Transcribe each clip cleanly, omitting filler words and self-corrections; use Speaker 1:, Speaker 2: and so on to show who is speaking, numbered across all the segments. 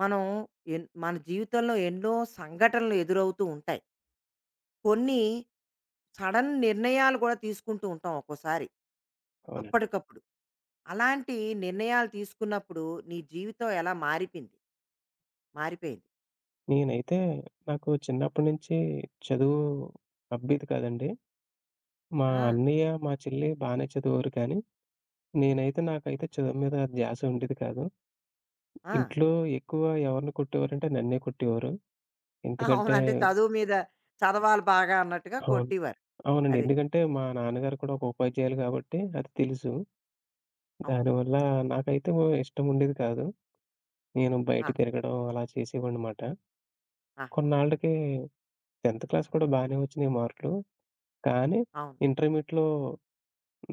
Speaker 1: మనం మన జీవితంలో ఎన్నో సంఘటనలు ఎదురవుతూ ఉంటాయి. కొన్ని సడన్ నిర్ణయాలు కూడా తీసుకుంటూ ఉంటాం ఒక్కోసారి.
Speaker 2: అవునండి.
Speaker 1: అప్పటికప్పుడు. అలాంటి నిర్ణయాలు తీసుకున్నప్పుడు నీ జీవితం ఎలా మారిపింది? మారిపోయింది?
Speaker 2: నేనైతే నాకు చిన్నప్పటి నుంచి చదువు అబ్బేది కాదండి. మా
Speaker 1: ఆ!
Speaker 2: అన్నయ్య, మా చెల్లి బానే చదివారు కానీ, నాకైతే చదువు మీద ధ్యాస ఉండేది కాదు.
Speaker 1: ఆ!
Speaker 2: ఇంట్లో ఎక్కువ ఎవరిని కొట్టేవారంటే నన్నే కొట్టేవారు.
Speaker 1: అవును.
Speaker 2: ఎందుకంటే
Speaker 1: అంటే చదువు మీద చదవాలి బాగా అన్నట్టుగా
Speaker 2: అవును.
Speaker 1: కొట్టేవారు.
Speaker 2: అవునండి.
Speaker 1: అది.
Speaker 2: ఎందుకంటే మా నాన్నగారు కూడా ఒక ఉపాధ్యాయులు కాబట్టి అది తెలుసు.
Speaker 1: అవును.
Speaker 2: దానివల్ల నాకైతే ఓ ఇష్టం ఉండేది కాదు. నేను బయట
Speaker 1: ఆ!
Speaker 2: తిరగడం అలా చేసేవాడినమాట.
Speaker 1: ఆహా!
Speaker 2: కొన్నాళ్ళకి 10థ్ క్లాస్ కూడా బానే వచ్చినాయి మార్కులు. కానీ
Speaker 1: అవును.
Speaker 2: ఇంటర్మీడియేట్‌లో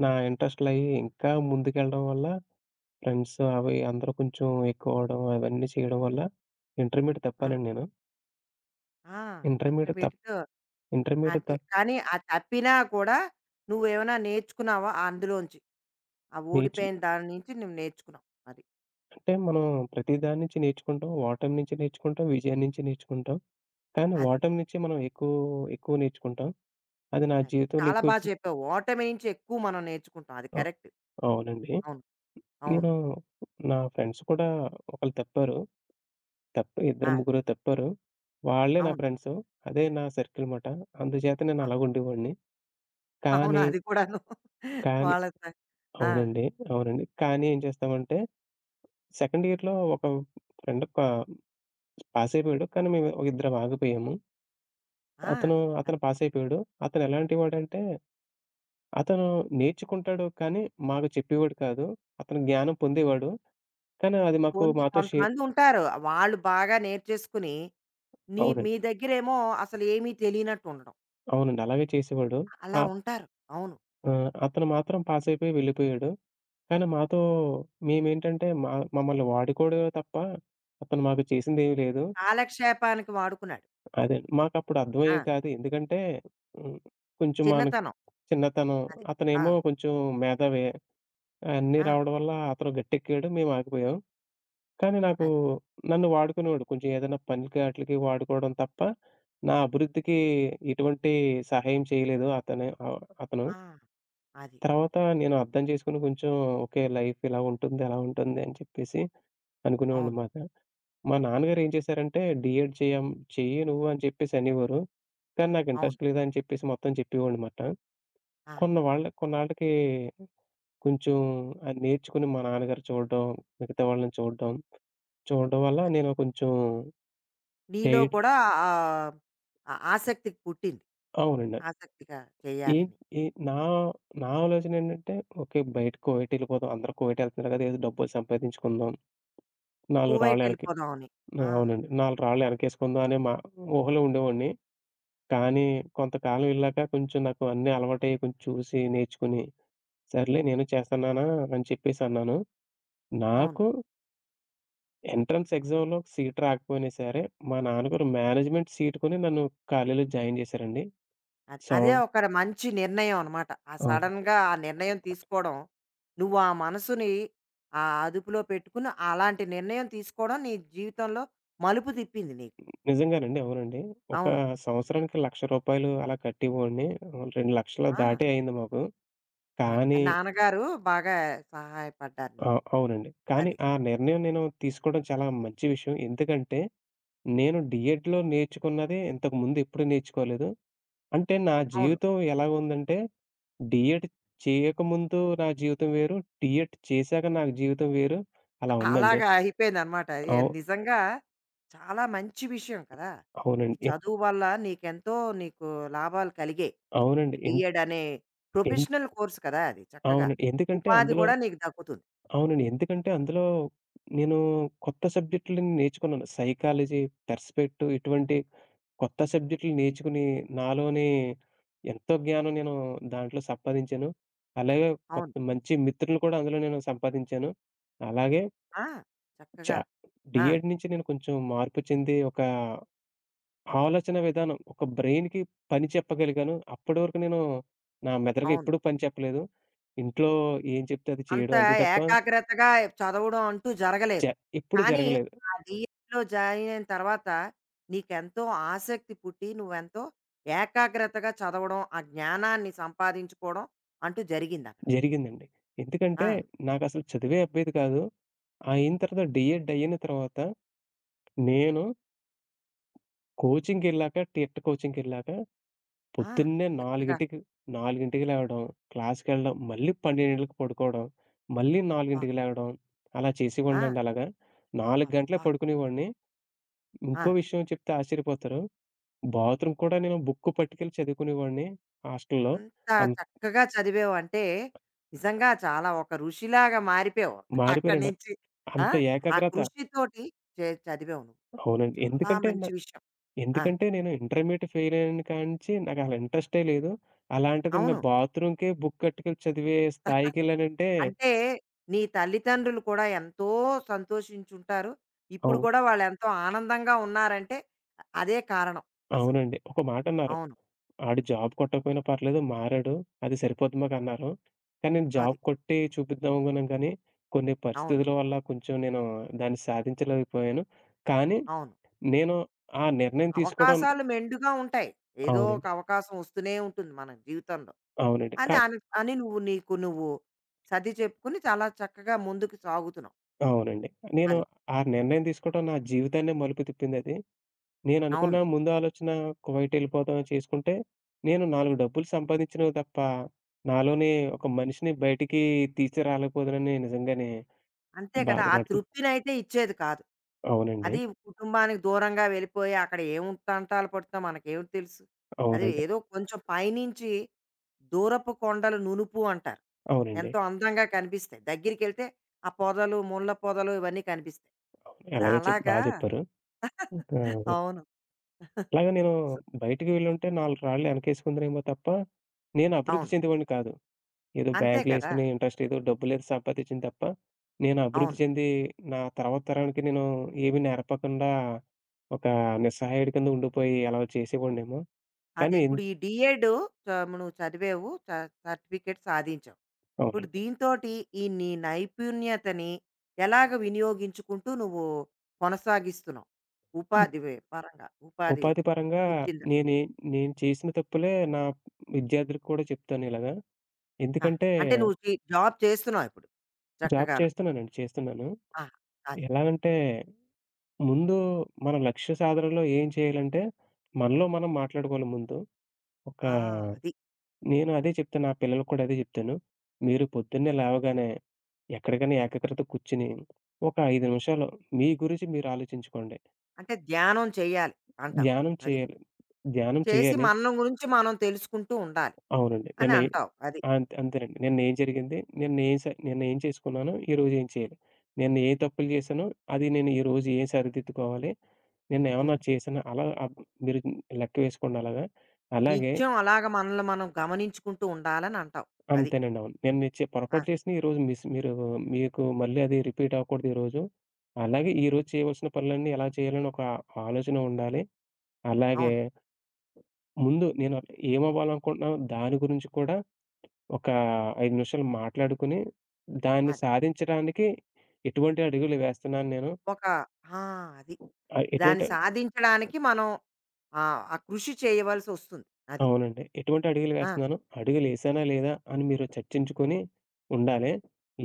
Speaker 2: నా ఇంట్రెస్ట్‌లయ్యి ఇంకా ముందుకెళ్ళడం వల్ల ఫ్రెండ్స్ అవి అందరూ కొంచెం ఎక్కువ అవ్వడం అవన్నీ చేయడం వల్ల ఇంటర్మీడియేట్
Speaker 1: ఆ!
Speaker 2: తప్పానండి నేను.
Speaker 1: ఆ!
Speaker 2: ఇంటర్మీడియేట్ తప్
Speaker 1: ఇంటర్మీడియేట్
Speaker 2: ఇంటర్మీడియేట్ త
Speaker 1: అంటే కానీ, అది తప్పినా కూడా నువ్వేమైనా నేర్చుకున్నావా అందులోంచి? ఆ
Speaker 2: నేర్చు
Speaker 1: ఓడిపోయిన దాని నుంచి నువ్వు నేర్చుకున్నావు. అది.
Speaker 2: అంటే మనం ప్రతి దాని నుంచి నేర్చుకుంటాం. ఓటమి నుంచి నేర్చుకుంటాం. విజయం నుంచి నేర్చుకుంటాం. కానీ
Speaker 1: అది.
Speaker 2: ఓటమి నుంచి మనం ఎక్కువ ఎక్కువ నేర్చుకుంటాం. అది నా
Speaker 1: అది.
Speaker 2: జీవితంలో
Speaker 1: చాలా
Speaker 2: ఎక్కువ
Speaker 1: బా
Speaker 2: వచ్చి
Speaker 1: చెప్పావు. ఓటమి నుంచి ఎక్కువ మనం నేర్చుకుంటాం. అది
Speaker 2: అ
Speaker 1: కరెక్ట్.
Speaker 2: అవునండి.
Speaker 1: అవును. అవును.
Speaker 2: నేను నా ఫ్రెండ్స్ కూడా ఒకళ్ళు తప్పారు. తప్పి ఇద్దరు,
Speaker 1: ఆ!
Speaker 2: ముగ్గురు తప్పారు. వాళ్ళే నా
Speaker 1: అవును.
Speaker 2: ఫ్రెండ్సు. అదే నా సర్కిల్ మాట. అందుచేత నేను
Speaker 1: అవును.
Speaker 2: అలాగుండేవాడిని.
Speaker 1: అవును.
Speaker 2: కానీ,
Speaker 1: అది కూడాను.
Speaker 2: కానీ
Speaker 1: వాళ్ళతో ఆ!
Speaker 2: అవునండి. అవునండి. కానీ ఏం చేస్తామంటే, సెకండ్ ఇయర్‌లో ఒక ఫ్రెండ్ పాస్ అయిపోయాడు. కానీ మేము ఒక ఇద్దరం ఆగిపోయాము.
Speaker 1: ఆ!
Speaker 2: అతను,
Speaker 1: అది.
Speaker 2: అతను పాస్ అయిపోయాడు. అతను ఎలాంటి వాడంటే, అతను నేర్చుకుంటాడు కానీ మాకు చెప్పేవాడు కాదు. అతను జ్ఞానం పొందేవాడు. కానీ అది
Speaker 1: పొంది
Speaker 2: మాతో షేర్
Speaker 1: కొంతమందుంటారు. వాళ్ళు బాగా నేర్చేసుకుని,
Speaker 2: అవునండి.
Speaker 1: మీ దగ్గరేమో అసలు ఏమీ తెలియనట్టు ఉండడం.
Speaker 2: అవునండి. అలాగే చేసేవాడు.
Speaker 1: అలా
Speaker 2: ఆ!
Speaker 1: ఉంటారు. అవును.
Speaker 2: ఆహ్, అతను మాత్రం పాస్ అయిపోయి వెళ్ళిపోయాడు. కానీ మాతో మేమేంటంటే మమ్మల్ని వాడుకోవడమే తప్ప అతను మాకు చేసిందేమీ లేదు.
Speaker 1: కాలక్షేపానికి వాడుకున్నాడు.
Speaker 2: అదేండి. మాకప్పుడు
Speaker 1: ఆ!
Speaker 2: అర్థమయ్యేది కాదు. ఎందుకంటే హ్మ్. కొంచెం మనకి
Speaker 1: చిన్నతనం.
Speaker 2: చిన్నతనం.
Speaker 1: అది. ఆ!
Speaker 2: అతనేమో కొంచెం మేధావి. అన్నీ
Speaker 1: ఆ!
Speaker 2: రావడం వల్ల అతను గట్టెక్కాడు. మేము ఆగిపోయాం. కానీ నాకు
Speaker 1: అది.
Speaker 2: నన్ను వాడుకునేవాడు. కొంచెం ఏదైనా పనికి ఆటిలకి వాడుకోవడం తప్ప నా అభివృద్ధికి ఎటువంటి సహాయం చేయలేదు అతను.
Speaker 1: ఆ! అది.
Speaker 2: తర్వాత నేను అర్థం చేసుకొని కొంచెం ఓకే. లైఫ్ ఇలా ఉంటుంది, అలా ఉంటుంది అని చెప్పేసి
Speaker 1: అవును.
Speaker 2: అనుకునేవాడినమాట. మా నాన్నగారు ఏం చేశారంటే, డీఎడ్ చెయ్యం చెయ్యి నువ్వు అని చెప్పేసి అనేవారు. కానీ నాకు
Speaker 1: అవును.
Speaker 2: ఇంట్రెస్ట్ లేదు అని చెప్పేసి మొత్తం చెప్పేవాడినమాట. కొన్ని
Speaker 1: ఆహాహా!
Speaker 2: వాళ్ళ కొన్నాళ్ళకి కొంచెం అది నేర్చుకుని మా నాన్నగారు చూడడం, మిగతా వాళ్ళని చూడడం, చూడడం వల్ల నేను కొంచెం
Speaker 1: నీలో
Speaker 2: ఎయిట్
Speaker 1: కూడా ఆ ఆ ఆసక్తి పుట్టింది.
Speaker 2: అవునండి.
Speaker 1: ఆసక్తిగా
Speaker 2: ఏ
Speaker 1: చేయాలని.
Speaker 2: ఏ నా నా ఆలోచన ఏంటంటే, ఓకే బయటకి కువైటెళ్ళిపోదాం. అందరూ కువైటెళ్తున్నారు కదా! ఏదో డబ్బులు సంపాదించుకుందాం. నాలుగు రాళ్ళు
Speaker 1: కువైట్
Speaker 2: ఎనక్కి
Speaker 1: వెళ్ళిపోదాం అని. ఆ!
Speaker 2: అవునండి. నాలుగు రాళ్ళు ఎనకేసుకుందాం అనే మా ఊహలో ఉండేవాడిని. కానీ కొంతకాలం ఎళ్ళాక కొంచెం నాకు అన్నీ అలవాటయ్యి కొంచెం చూసి నేర్చుకుని, సర్లే నేను చేస్తాను నాన్న అని చెప్పేసన్నాను.
Speaker 1: అవును.
Speaker 2: నాకు ఎంట్రన్స్ ఎగ్జామ్‌లో సీట్ రాకపోయినా సరే, మా నాన్నగారు మేనేజ్మెంట్ సీట్ కొని నన్ను కాలేజీలో జాయిన్ చేశారండి.
Speaker 1: అది
Speaker 2: సం
Speaker 1: అదే ఒక మంచి నిర్ణయం అనమాట. ఆ
Speaker 2: అవును.
Speaker 1: సడెన్‌గా ఆ నిర్ణయం తీసుకోవడం, నువ్వు ఆ మనసుని ఆ అదుపులో పెట్టుకుని అలాంటి నిర్ణయం తీసుకోవడం నీ జీవితంలో మలుపు తిప్పింది నీకు.
Speaker 2: నిజంగానండి. అవునండి. ఒక
Speaker 1: అవును.
Speaker 2: సంవత్సరానికి రూ. 1,00,000 అలా కట్టేవాడిని. ఆహ్, 2,00,000
Speaker 1: ఆ!
Speaker 2: దాటే అయింది మాకు.
Speaker 1: అది.
Speaker 2: కానీ
Speaker 1: నాన్నగారు బాగా సహాయపడ్డారు
Speaker 2: ఆ!
Speaker 1: నీకు.
Speaker 2: అవునండి. కానీ
Speaker 1: అది.
Speaker 2: ఆ నిర్ణయం నేను తీసుకోవడం చాలా మంచి విషయం. ఎందుకంటే నేను డీఎడ్‌లో నేర్చుకున్నదే ఇంతకుముందు ఎప్పుడు నేర్చుకోలేదు. అంటే నా
Speaker 1: అవును.
Speaker 2: జీవితం ఎలా ఉందంటే, డీఎడ్ చేయకముందు నా జీవితం వేరు. డీఎడ్ చేశాక నా జీవితం వేరు. అలా ఉందండి.
Speaker 1: అలాగా అయిపోయిందనమాట.
Speaker 2: అవు
Speaker 1: నిజంగా చాలా మంచి విషయం కదా! ఈ
Speaker 2: అవునండి.
Speaker 1: చదువు వల్ల నీకెంతో నీకు లాభాలు కలిగాయి. ఈ
Speaker 2: అవునండి. ఎన్
Speaker 1: డీఎడ్ అనే
Speaker 2: ఎన్
Speaker 1: ప్రొఫెషనల్ కోర్స్ కదా అది చక్కగా.
Speaker 2: అవునండి. ఎందుకంటే
Speaker 1: ఉపాధి
Speaker 2: అందులో
Speaker 1: కూడా నీకు దక్కుతుంది.
Speaker 2: అవునండి. ఎందుకంటే అందులో నేను కొత్త సబ్జెక్టులని నేర్చుకున్నాను. సైకాలజీ, పర్స్పెక్టివ్ ఇటువంటి కొత్త సబ్జెక్టులు నేర్చుకుని, నాలోని ఎంతో జ్ఞానం నేను దాంట్లో సంపాదించాను. అలాగే కొత్త
Speaker 1: అవును.
Speaker 2: మంచి మిత్రులు కూడా అందులో నేను సంపాదించాను. అలాగే
Speaker 1: ఆ!
Speaker 2: చ
Speaker 1: చక్కగా. ఆ!
Speaker 2: డీఎడ్ నుంచి నేను కొంచెం మార్పు చెంది, ఒక ఆలోచన విధానం, ఒక బ్రెయిన్‌కి పని చెప్పగలిగాను. అప్పటి వరకు నేను నా మెదడుకి
Speaker 1: అవును.
Speaker 2: ఎప్పుడూ పని చెప్పలేదు. ఇంట్లో ఏం చెప్తే అది
Speaker 1: అంత
Speaker 2: చేయడం అంతే తప్ప
Speaker 1: ఏకాగ్రతగా చదవడం అంటూ
Speaker 2: జ
Speaker 1: జరగలేదు.
Speaker 2: ఎప్పుడు
Speaker 1: కానీ
Speaker 2: జరగలేదు.
Speaker 1: ఆ డీఎడ్‌లో జాయిన్ అయిన తర్వాత నీకెంతో ఆసక్తి పుట్టి నువ్వెంతో ఏకాగ్రతగా చదవడం, ఆ జ్ఞానాన్ని సంపాదించుకోవడం అంటూ జరిగిందక్కడ.
Speaker 2: జరిగిందండి. ఎందుకంటే,
Speaker 1: ఆ!
Speaker 2: నాకసలు చదువే అబ్బేది కాదు. అయిన తర్వాత డీఎడ్ అయిన తర్వాత నేను కోచింగ్‌కెళ్ళాక
Speaker 1: ఆ!
Speaker 2: పొద్దున్నే
Speaker 1: చక్కగా.
Speaker 2: 4:00కి లేవడం, క్లాస్‌కెళ్ళడం, మళ్ళీ 12:00కి పడుకోవడం, మళ్ళీ
Speaker 1: అబ్బా!
Speaker 2: 4:00కి లేవడం అలా
Speaker 1: ఆ!
Speaker 2: చేసేవాడినండి అలాగా. 4 గంటలే
Speaker 1: అబ్బా!
Speaker 2: పడుకునేవాడిని.
Speaker 1: ఆ!
Speaker 2: ఇంకో విషయం చెప్తే ఆశ్చర్యపోతారు. బాత్రూమ్ కూడా నేను బుక్కు పట్టుకెళ్ళి చదువుకునేవాడిని హాస్టల్‌లో.
Speaker 1: అంత
Speaker 2: అన్
Speaker 1: చక్కగా చదివావంటే నిజంగా చాలా ఒక ఋషిలాగా మారిపోయావు. అక్కడి
Speaker 2: మారిపోయానండి.
Speaker 1: నుంచి ఆ!
Speaker 2: అంత
Speaker 1: ఆ
Speaker 2: ఏకాగ్రత
Speaker 1: కృషితోటి చదివావు నువ్వు.
Speaker 2: అవునండి.
Speaker 1: చాలా మంచి విషయం. ఆ!
Speaker 2: ఎందుకంటే నేను ఇంటర్మీడియేట్ ఫెయిల్ అయిన కాడ్నుంచి నాకసలు ఇంట్రెస్టే లేదు. అలాంటిది నేను
Speaker 1: అవును.
Speaker 2: బాత్రూమ్‌కే బుక్ కట్టుకెళ్ళి చదివే స్థాయికెళ్ళానంటే
Speaker 1: అంటే నీ తల్లిదండ్రులు కూడా ఎంతో సంతోషించుంటారు. ఇప్పుడు
Speaker 2: అవు
Speaker 1: కూడా వాళ్ళెంతో ఆనందంగా ఉన్నారంటే అదే కారణం అసలు.
Speaker 2: అవునండి. ఒక మాటన్నారు.
Speaker 1: అవును.
Speaker 2: "ఆడు జాబ్ కొట్టకపోయినా పర్లేదు మారాడు. అది సరిపోద్ది మాకన్నారు." కానీ నేను జాబ్
Speaker 1: అది.
Speaker 2: కొట్టి చూపిద్దాం అనుకున్నాను కానీ, కొన్ని
Speaker 1: అవును.
Speaker 2: పరిస్థితుల వల్ల కొంచెం నేను దాన్ని సాధించలేకపోయాను. కానీ
Speaker 1: అవును.
Speaker 2: నేను ఆ నిర్ణయం తీసుకోవడం
Speaker 1: అవకాశాలు మెండుగా ఉంటాయి. ఏదో ఒక
Speaker 2: అవునండి.
Speaker 1: అవకాశం వస్తూనే ఉంటుంది మన జీవితంలో.
Speaker 2: అవునండి.
Speaker 1: అని అని అని నువ్వు నీకు నువ్వు సర్ది చెప్పుకుని చాలా చక్కగా ముందుకు సాగుతున్నావు.
Speaker 2: అవునండి. నేను
Speaker 1: అది.
Speaker 2: ఆ నిర్ణయం తీసుకోవడం నా జీవితాన్నే మలుపు తిప్పిందది. నేననుకున్న
Speaker 1: అవును.
Speaker 2: ముందు ఆలోచన కువైటెళ్ళిపోదాం చేసుకుంటే, నేను 4 డబ్బులు సంపాదించినవి తప్ప, నాలోని ఒక మనిషిని బయటికి తీసుకురాలేకపోదునని నిజంగానే
Speaker 1: అంతే కదా! ఆ
Speaker 2: బాధపడుతున్నా.
Speaker 1: తృప్తినైతే ఇచ్చేది కాదు.
Speaker 2: అవునండి.
Speaker 1: అది కుటుంబానికి దూరంగా వెళ్ళిపోయి అక్కడ ఏమి తంటాలు పడుతాం మనకేం తెలుసు. అది
Speaker 2: అవునండి.
Speaker 1: ఏదో కొంచెం పైనుంచి దూరపు కొండలు నునుపు అంటారు.
Speaker 2: అవునండి.
Speaker 1: ఎంతో అందంగా కనిపిస్తాయి. దగ్గరికెళ్తే ఆ పొదలు, ముళ్ళ పొదలు ఇవన్నీ కనిపిస్తాయి.
Speaker 2: అవును.
Speaker 1: అది
Speaker 2: ఎలాగో చెప్ బా
Speaker 1: అలాగా
Speaker 2: చెప్పారు. ఆ!
Speaker 1: అవును.
Speaker 2: అలాగే నేను
Speaker 1: సో
Speaker 2: బయటికి వెళ్ళుంటే 4 రాళ్ళు వెనకేసుకుందునేమో తప్ప, నేను అభివృద్ధి
Speaker 1: అవును.
Speaker 2: చెందేవాడిని కాదు. ఏదో
Speaker 1: అంతే
Speaker 2: బ్యాంక్‌లో
Speaker 1: కదా!
Speaker 2: ఎసుకునే ఇంట్రెస్ట్ ఏదో డబ్బులేదో సంపాదించింది తప్ప, నేను అభివృద్ధి
Speaker 1: అవును.
Speaker 2: చెంది నా తర్వాత తరానికి నేను ఏమి నేర్పకుండా ఒక నిస్సహాయుడి కింద ఉండిపోయి అలా చేసేవాడినేమో.
Speaker 1: అదే
Speaker 2: కానీ
Speaker 1: ఇప్పుడు ఈ డిఎడ్ నువ్వు చదివావు స- సర్టిఫికేట్ సాధించావు ఇప్పుడు
Speaker 2: అవునండి.
Speaker 1: దీంతోటి ఈ నీ నైపుణ్యతని ఎలాగ వినియోగించుకుంటూ నువ్వు కొనసాగిస్తున్నావు
Speaker 2: ఉ-
Speaker 1: ఉపాధి వే- పరంగా ఉపాధి
Speaker 2: ఉపాధి పరంగా
Speaker 1: ఇచ్చింది
Speaker 2: నేనే నేను చేసిన తప్పులే నా విద్యార్థులకు కూడా చెప్తాను ఇలాగా.
Speaker 1: ఆ,
Speaker 2: ఎందుకంటే
Speaker 1: అంటే నువ్వు చే- జాబ్ చేస్తున్నావు ఇప్పుడు
Speaker 2: జాబ్
Speaker 1: చక్కగాను
Speaker 2: చేస్తున్నానండి. చేస్తున్నాను.
Speaker 1: ఆ, అది
Speaker 2: ఎలాగంటే ముందు మన లక్ష్య సాధనలో ఏం చేయాలంటే మనలో మనం మాట్లాడుకోవాలి ముందు. ఒక
Speaker 1: ఆ, అది
Speaker 2: నేను అదే చెప్తాను. నా పిల్లలకి కూడా అదే చెప్తాను. మీరు పొద్దున్నే లేవగానే ఎక్కడికైనా ఏకాగ్రతతో కూర్చొని ఒక 5 నిమిషాలు మీ గురించి మీరు ఆలోచించుకోండి.
Speaker 1: అంటే ధ్యానం చేయాలి అంటావు
Speaker 2: ధ్యానం
Speaker 1: అది
Speaker 2: చేయాలి. ధ్యానం
Speaker 1: చేసి
Speaker 2: చేయాలి.
Speaker 1: మనం గురించి మనం తెలుసుకుంటూ ఉండాలి
Speaker 2: అవునండి.
Speaker 1: అని
Speaker 2: నిన్న ఏ
Speaker 1: అంటావు అది
Speaker 2: అంతేనండి. నిన్న ఏం జరిగింది? నిన్న ఏం చేసుకున్నాను? ఈరోజు ఏం చేయాలి? నిన్న ఏ తప్పులు చేశానో, అది నేను ఈరోజు ఏం సరిదిద్దుకోవాలి? నిన్న ఏమన్నా
Speaker 1: ఉమ్.
Speaker 2: చేశానా? అలా అబ్ మీరు లెక్క వేసుకోండి అలాగా. అలాగే
Speaker 1: నిత్యం అలాగ మనల్ని మనం గమనించుకుంటూ ఉండాలని అంటావు అది
Speaker 2: అంతేనండి. అవును. మీరు పొరపాటు చేసినా ఈరోజు మీరు మీకు మళ్ళీ అది రిపీట్ అవ్వకూడదు ఈరోజు. అలాగే ఈరోజు చేయవలసిన పనులన్నీ ఎలా చేయాలని ఒక ఆలోచన ఉండాలి. అలాగే
Speaker 1: అవును.
Speaker 2: ముందు నేను ఏమవ్వాలనుకుంటున్నానో దాని గురించి కూడా ఒక 5 నిమిషాలు మాట్లాడుకొని, దాన్ని
Speaker 1: అది.
Speaker 2: సాధించడానికి ఎటువంటి అడుగులు వేస్తున్నాను నేను.
Speaker 1: ఒక ఆ! అది.
Speaker 2: ఆహ్,
Speaker 1: దాన్ని
Speaker 2: ఎటువంటి
Speaker 1: సాధించడానికి మనం ఆహ్, ఆ కృషి చేయవలసొస్తుంది. అది.
Speaker 2: అవునండి. ఎటువంటి అడుగులు
Speaker 1: ఆ!
Speaker 2: వేస్తున్నాను, అడుగులేసానా లేదా అని మీరు చర్చించుకొని ఉండాలి.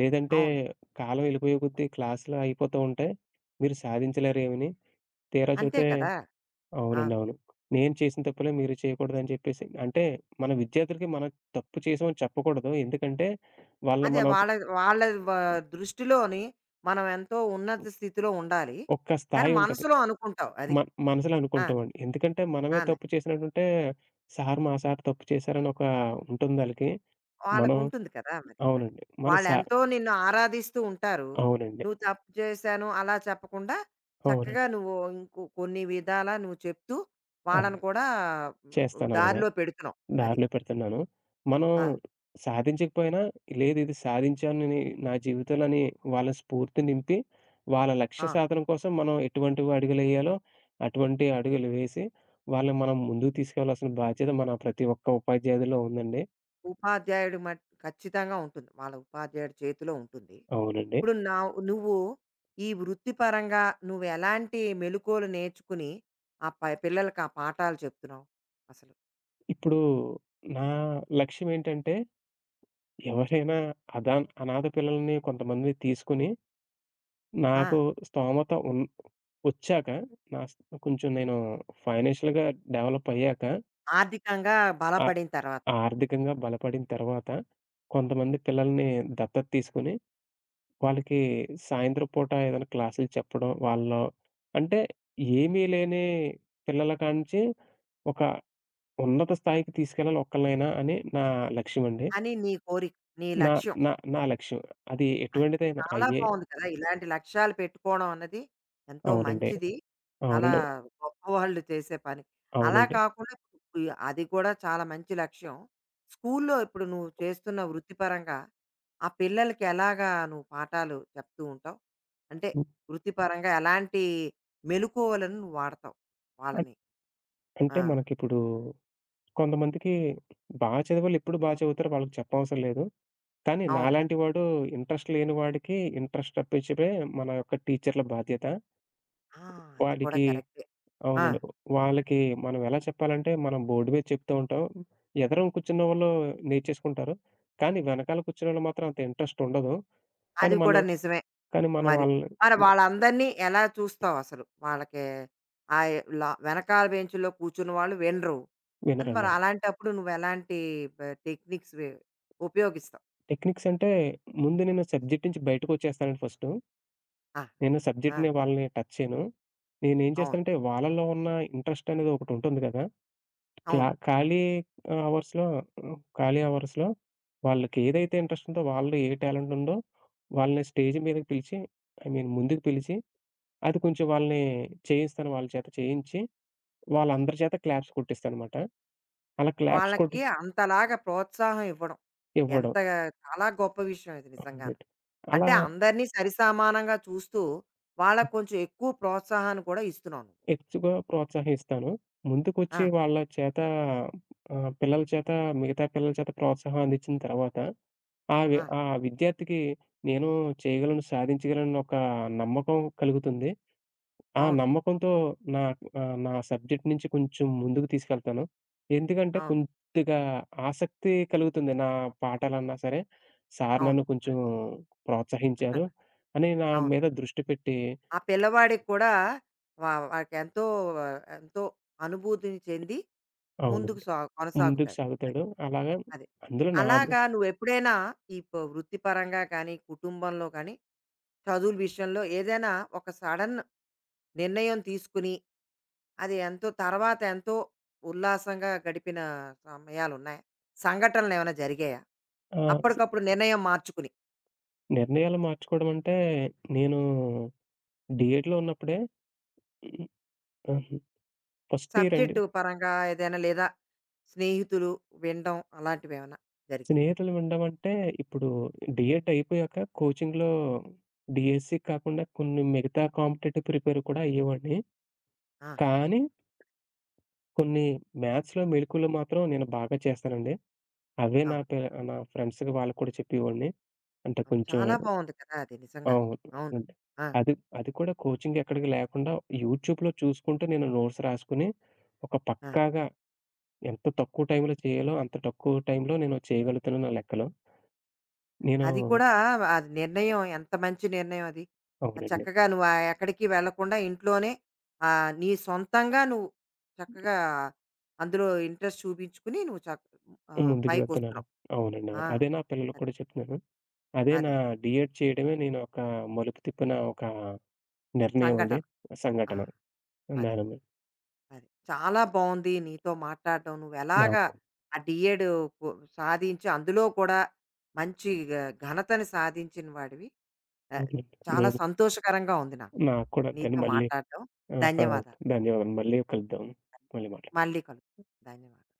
Speaker 2: లేదంటే
Speaker 1: అవును.
Speaker 2: కాలం ఎళ్ళిపోయే కొద్దీ క్లాసులు అయిపోతూ ఉంటాయి. మీరు సాధించలేరు ఏమిని. తీరా
Speaker 1: అంతే
Speaker 2: చూతే
Speaker 1: కదా!
Speaker 2: అవునండి.
Speaker 1: అవును.
Speaker 2: అవును. నేను చేసిన తప్పులే మీరు చేయకూడదని చెప్పేసి అంటే మన విద్యార్థులకి మనం తప్పు చేసామని చెప్పకూడదు. ఎందుకంటే వాళ్ళు
Speaker 1: అదే
Speaker 2: మనం
Speaker 1: వాళ్ళ వాళ్ళ వ దృష్టిలోని మనం ఎంతో ఉన్నత స్థితిలో ఉండాలి.
Speaker 2: ఒక్క
Speaker 1: కానీ
Speaker 2: స్థాయి ఉంటది.
Speaker 1: మనసులో అనుకుంటావు. అది.
Speaker 2: మ మనసులో
Speaker 1: ఆ!
Speaker 2: అనుకుంటామండి. ఎందుకంటే మనమే
Speaker 1: ఆ!
Speaker 2: తప్పు చేసినట్టుంటే మా సార్ తప్పు చేశారని ఒక ఉంటుందాళ్ళకి. మనం
Speaker 1: వాళ్ళకుంటుంది కదా! మరి వాళ్ళు.
Speaker 2: అవునండి. మన సా
Speaker 1: వాళ్ళెంతో నిన్ను ఆరాధిస్తూ ఉంటారు.
Speaker 2: అవునండి.
Speaker 1: నువ్వు తప్పు చేశాను అలా చెప్పకుండా, చక్కగా
Speaker 2: అవునండి.
Speaker 1: నువ్వు ఇంకో కొన్ని విధాలా నువ్వు చెప్తూ,
Speaker 2: అవును.
Speaker 1: వాళ్ళని కూడా మ్,
Speaker 2: చేస్తానలాగా.
Speaker 1: దారిలో పెడుతున్నావు. అది.
Speaker 2: దారిలో పెడుతున్నాను. మనం
Speaker 1: ఆ!
Speaker 2: సాధించకపోయినా లేదు ఇది సాధించానని నా జీవితంలోని వాళ్ళ స్ఫూర్తి నింపి, వాళ్ళ లక్ష్య
Speaker 1: ఆ!
Speaker 2: సాధన కోసం మనం ఎటువంటి అడుగులెయ్యాలో అటువంటి అడుగులు వేసి, వాళ్ళని మనం ముందుకు తీసుకెళ్లాల్సిన బాధ్యత మన ప్రతి ఒక్క ఉపాధ్యాయుడిలో ఉందండి.
Speaker 1: ఉపాధ్యాయుడు మట్ ఖచ్చితంగా ఉంటుంది. వాళ్ళ ఉపాధ్యాయుడి చేతిలో ఉంటుంది.
Speaker 2: అవునండి.
Speaker 1: ఇప్పుడు నావ్ నువ్వు ఈ వృత్తిపరంగా నువ్వెలాంటి మెళకువలు నేర్చుకుని, ఆ పిల్లలకి ఆ పాఠాలు చెప్తున్నావు అసలు?
Speaker 2: ఇప్పుడు నా లక్ష్యం ఏంటంటే ఎవరైనా అనాథ పిల్లల్ని కొంతమందిని తీసుకొని
Speaker 1: ఆ!
Speaker 2: నాకు స్తోమత ఉన్ ఒచ్చాక నా స్ కొంచెం నేను ఫైనాన్షియల్‌గా డెవలప్ అయ్యాక,
Speaker 1: ఆర్థికంగా
Speaker 2: ఆ
Speaker 1: బలపడిన తర్వాత.
Speaker 2: ఆర్థికంగా బలపడిన తర్వాత, కొంతమంది పిల్లల్ని దత్తత తీసుకొని, వాళ్ళకి సాయంత్రం పూట ఏదైనా క్లాసులు చెప్పడం. వాళ్ళలో అంటే ఏమీ లేని పిల్లల కాంచి ఒక ఉన్నత స్థాయికి తీసుకెళ్ళాలి ఒక్కళ్ళనైనా అని నా లక్ష్యమండి.
Speaker 1: అని నీ కోరిక, నీ
Speaker 2: నా
Speaker 1: లక్ష్యం.
Speaker 2: నా నా లక్ష్యం. అది
Speaker 1: అది.
Speaker 2: ఎటువంటిదైనా
Speaker 1: చాలా
Speaker 2: అయ్యే
Speaker 1: బావుంది కదా! ఇలాంటి లక్ష్యాలు పెట్టుకోవడం అన్నది ఎంతో
Speaker 2: అవునండి.
Speaker 1: మంచిది. చాలా
Speaker 2: అవునండి.
Speaker 1: గొప్పవాళ్ళు చేసే పని. అలా
Speaker 2: అవునండి.
Speaker 1: కాకుండా ఇప్పుడు ఈ- అది కూడా చాలా మంచి లక్ష్యం. స్కూల్లో ఇప్పుడు నువ్వు చేస్తున్న వృత్తిపరంగా ఆ పిల్లలకి ఎలాగా నువ్వు పాఠాలు చెప్తూ ఉంటావు? అంటే
Speaker 2: హ్మ్.
Speaker 1: వృత్తిపరంగా ఎలాంటి మెలుకువలను నువ్వు వాడతావు వాళ్ళని? ఆ!
Speaker 2: అంటే మనకిప్పుడు కొంతమందికి బాగా చదివేవాళ్ళు ఎప్పుడు బాగా చదువుతారు వాళ్ళకి చెప్పవసరం లేదు. కానీ
Speaker 1: అవును.
Speaker 2: నాలాంటి వాడు ఇంట్రెస్ట్ లేని వాడికి ఇంట్రెస్ట్ రప్పించడమే మన యొక్క టీచర్ల బాధ్యత.
Speaker 1: ఆ! అది కూడా
Speaker 2: వాడికి
Speaker 1: కరెక్టే. ఆ!
Speaker 2: అవునండి. వాళ్ళకి మనం ఎలా చెప్పాలంటే మనం బోర్డు మీద చెప్తూ ఉంటాం. ఎదరం కూర్చున్నవాళ్ళు నేర్చేసుకుంటారు. కానీ వెనకాల కూర్చున్నోళ్ళు మాత్రం అంత ఇంట్రెస్ట్ ఉండదు. కానీ
Speaker 1: అది కూడా
Speaker 2: మనం
Speaker 1: నిజమే.
Speaker 2: కానీ మనం
Speaker 1: మరి.
Speaker 2: వాళ్ళని
Speaker 1: మరి వాళ్ళందరినీ ఎలా చూస్తావసలు? వాళ్ళకి ఆహ్, వెనకాల బెంచ్‌లో కూర్చున్న వాళ్ళు వినరు. అని
Speaker 2: వినరండి.
Speaker 1: మరి
Speaker 2: అవును.
Speaker 1: అలాంటప్పుడు నువ్వెలాంటి బ టెక్నిక్స్ ఉపయోగిస్తావు?
Speaker 2: టెక్నిక్స్ అంటే ముందు నేను సబ్జెక్ట్ నుంచి బయటకొచ్చేస్తానండి ఫస్టు.
Speaker 1: ఆ!
Speaker 2: నేను
Speaker 1: ఆ!
Speaker 2: సబ్జెక్ట్‌ని వాళ్ళని టచ్ చేయను. నేనేం
Speaker 1: అవును.
Speaker 2: చేస్తానంటే వాళ్ళలో ఉన్న ఇంట్రెస్ట్ అనేది ఒకటుంటుంది కదా!
Speaker 1: అవును.
Speaker 2: ఖాళీ అవర్స్‌లో ఖాళీ అవర్స్‌లో వాళ్ళకి ఏదైతే ఇంట్రెస్ట్ ఉందో, వాళ్ళలో ఏ టాలెంట్ ఉందో వాళ్ళని స్టేజ్ మీదకి పిలిచి ఐ మీన్ ముందుకు పిలిచి, అది కొంచెం వాళ్ళని చేయిస్తాను. వాళ్ళ చేత చేయించి, వాళ్ళందరి చేత క్లాప్స్ కొట్టిస్తాననమాట. అలా క్లాప్స్ కొట్టి
Speaker 1: వాళ్ళకి అంతలాగా ప్రోత్సాహం ఇవ్వడం.
Speaker 2: ఇవ్వడం.
Speaker 1: ఎంత చాలా గొప్ప విషయం ఇది
Speaker 2: అవునండి.
Speaker 1: నిజంగాను.
Speaker 2: అలా
Speaker 1: అంటే అందరినీ సరిసమానంగా చూస్తూ, వాళ్ళకి కొంచెం ఎక్కువ ప్రోత్సాహాన్ని కూడా ఇస్తున్నావు నువ్వు.
Speaker 2: ఎక్కువగా ప్రోత్సహిస్తాను.
Speaker 1: ఆ!
Speaker 2: ముందుకొచ్చి వాళ్ళ చేత పిల్లల చేత మిగతా పిల్లల చేత ప్రోత్సాహం అందించిన తర్వాత,
Speaker 1: ఆ!
Speaker 2: ఆ విద్యార్థికి నేను చేయగలను, సాధించగలను ఒక నమ్మకం కలుగుతుంది. ఆ
Speaker 1: అవును.
Speaker 2: నమ్మకంతో నా నా సబ్జెక్ట్ నుంచి కొంచెం ముందుకు తీసుకెళ్తాను. ఎందుకంటే
Speaker 1: అవును.
Speaker 2: కొద్దిగా ఆసక్తి కలుగుతుంది నా పాఠాలన్నా సరే. సార్
Speaker 1: అవును.
Speaker 2: నన్ను కొంచెం ప్రోత్సహించారు అని నా
Speaker 1: అవును.
Speaker 2: మీద దృష్టి పెట్టి
Speaker 1: ఆ పిల్లవాడికి కూడా వాడికి ఎంతో ఎంతో అనుభూతిని చెంది
Speaker 2: అవును.
Speaker 1: ముందుకు
Speaker 2: ముందుకు
Speaker 1: కొనసాగుతాడు. అది.
Speaker 2: సాగుతాడు. అలాగా
Speaker 1: అది.
Speaker 2: అందులో నాది
Speaker 1: అలాగా నువ్వెప్పుడైనా ఈ వృత్తిపరంగా కానీ, కుటుంబంలో కానీ, చదువుల విషయంలో ఏదైనా ఒక సడెన్ నిర్ణయం తీసుకుని, అది ఎంతో తర్వాత ఎంతో ఉల్లాసంగా గడిపిన సమయాలున్నాయా? సంఘటనలేమైనా జరిగాయా?
Speaker 2: ఆహ్, స్
Speaker 1: అప్పటికప్పుడు నిర్ణయం మార్చుకుని.
Speaker 2: నిర్ణయాలు మార్చుకోవడం అంటే నేను డీఎడ్‌లో ఉన్నప్పుడే ఆహ్, ఫస్ట్ ఇయర్ అండి.
Speaker 1: సబ్జెక్టు పరంగా ఏదైనా లేదా స్నేహితులు వినడం అలాంటివేమైనా జరిగాయా?
Speaker 2: స్నేహితులు ఉండడం అంటే ఇప్పుడు డీఎడ్ అయిపోయాక కోచింగ్‌లో డీఎస్సీ కాకుండా కొన్ని మిగతా కాంపిటేటివ్ ప్రిపేర్ కూడా అయ్యేవాడిని.
Speaker 1: ఆ!
Speaker 2: కానీ కొన్ని మ్యాథ్స్‌లో మెళకువలు మాత్రం నేను బాగా చేస్తానండి. అవే నా
Speaker 1: అవును.
Speaker 2: పె నా ఫ్రెండ్స్‌కి వాళ్ళకి కూడా చెప్పేవాడిని. అంటే
Speaker 1: అవును.
Speaker 2: కొంచెం
Speaker 1: చాలా బావుంది కదా! అది నిజంగా.
Speaker 2: అవును.
Speaker 1: అవును.
Speaker 2: అవునండి.
Speaker 1: ఆ!
Speaker 2: అది అది కూడా కోచింగ్ ఎక్కడికి లేకుండా యూట్యూబ్‌లో చూసుకుంటూ నేను నోట్స్ రాసుకొని, ఒక
Speaker 1: ఆ!
Speaker 2: పక్కాగా ఎంత తక్కువ టైంలో చేయాలో అంత తక్కువ టైంలో నేను చేయగలుగుతాను నా లెక్కలో. నేను
Speaker 1: అది కూడా అది నిర్ణయం ఎంత మంచి నిర్ణయం అది. ఆ
Speaker 2: అవునండి.
Speaker 1: చక్కగా నువ్వు ఆహ్, ఎక్కడికి వెళ్ళకుండా ఇంట్లోనే ఆహ్, నీ సొంతంగా నువ్వు చక్కగా అందులో ఇంట్రెస్ట్ చూపించుకుని నువ్వు చక్ ఆహ్,
Speaker 2: ముందుకు వెళ్తున్నాను.
Speaker 1: పైకొస్తున్నావు.
Speaker 2: అవునండి. అవును.
Speaker 1: ఆ!
Speaker 2: అదే నా పిల్లలకి
Speaker 1: అది.
Speaker 2: కూడా చెప్తున్నాను. అదే నా
Speaker 1: అదే.
Speaker 2: డీఎడ్ చేయడమే నేను ఒక మలుపు తిప్పిన ఒక నిర్ణయం అండి.
Speaker 1: సంఘటన. ఆ!
Speaker 2: సంఘటన.
Speaker 1: అది.
Speaker 2: దానివల్ల
Speaker 1: అది. చాలా బావుంది నీతో మాట్లాడడం. నువ్వెలాగా
Speaker 2: నాకు
Speaker 1: ఆ డీఎడ్ కు సాధించి అందులో కూడా మంచి ఘ ఘనతను సాధించిన వాడివి. ఆ!
Speaker 2: అవునండి.
Speaker 1: చాలా
Speaker 2: నేను
Speaker 1: సంతోషకరంగా ఉంది నాకు.
Speaker 2: నాకు కూడా అంతే అండి.
Speaker 1: నీతో
Speaker 2: మళ్ళీ
Speaker 1: మాట్లాడడం.
Speaker 2: ఆహా!
Speaker 1: ధన్యవాదాలు.
Speaker 2: ధన్యవాదాలు. మళ్ళీ కలుద్దాం. మళ్ళీ మాట్లాడదాం.
Speaker 1: మళ్ళీ కలుద్దాం. ధన్యవాదాలు.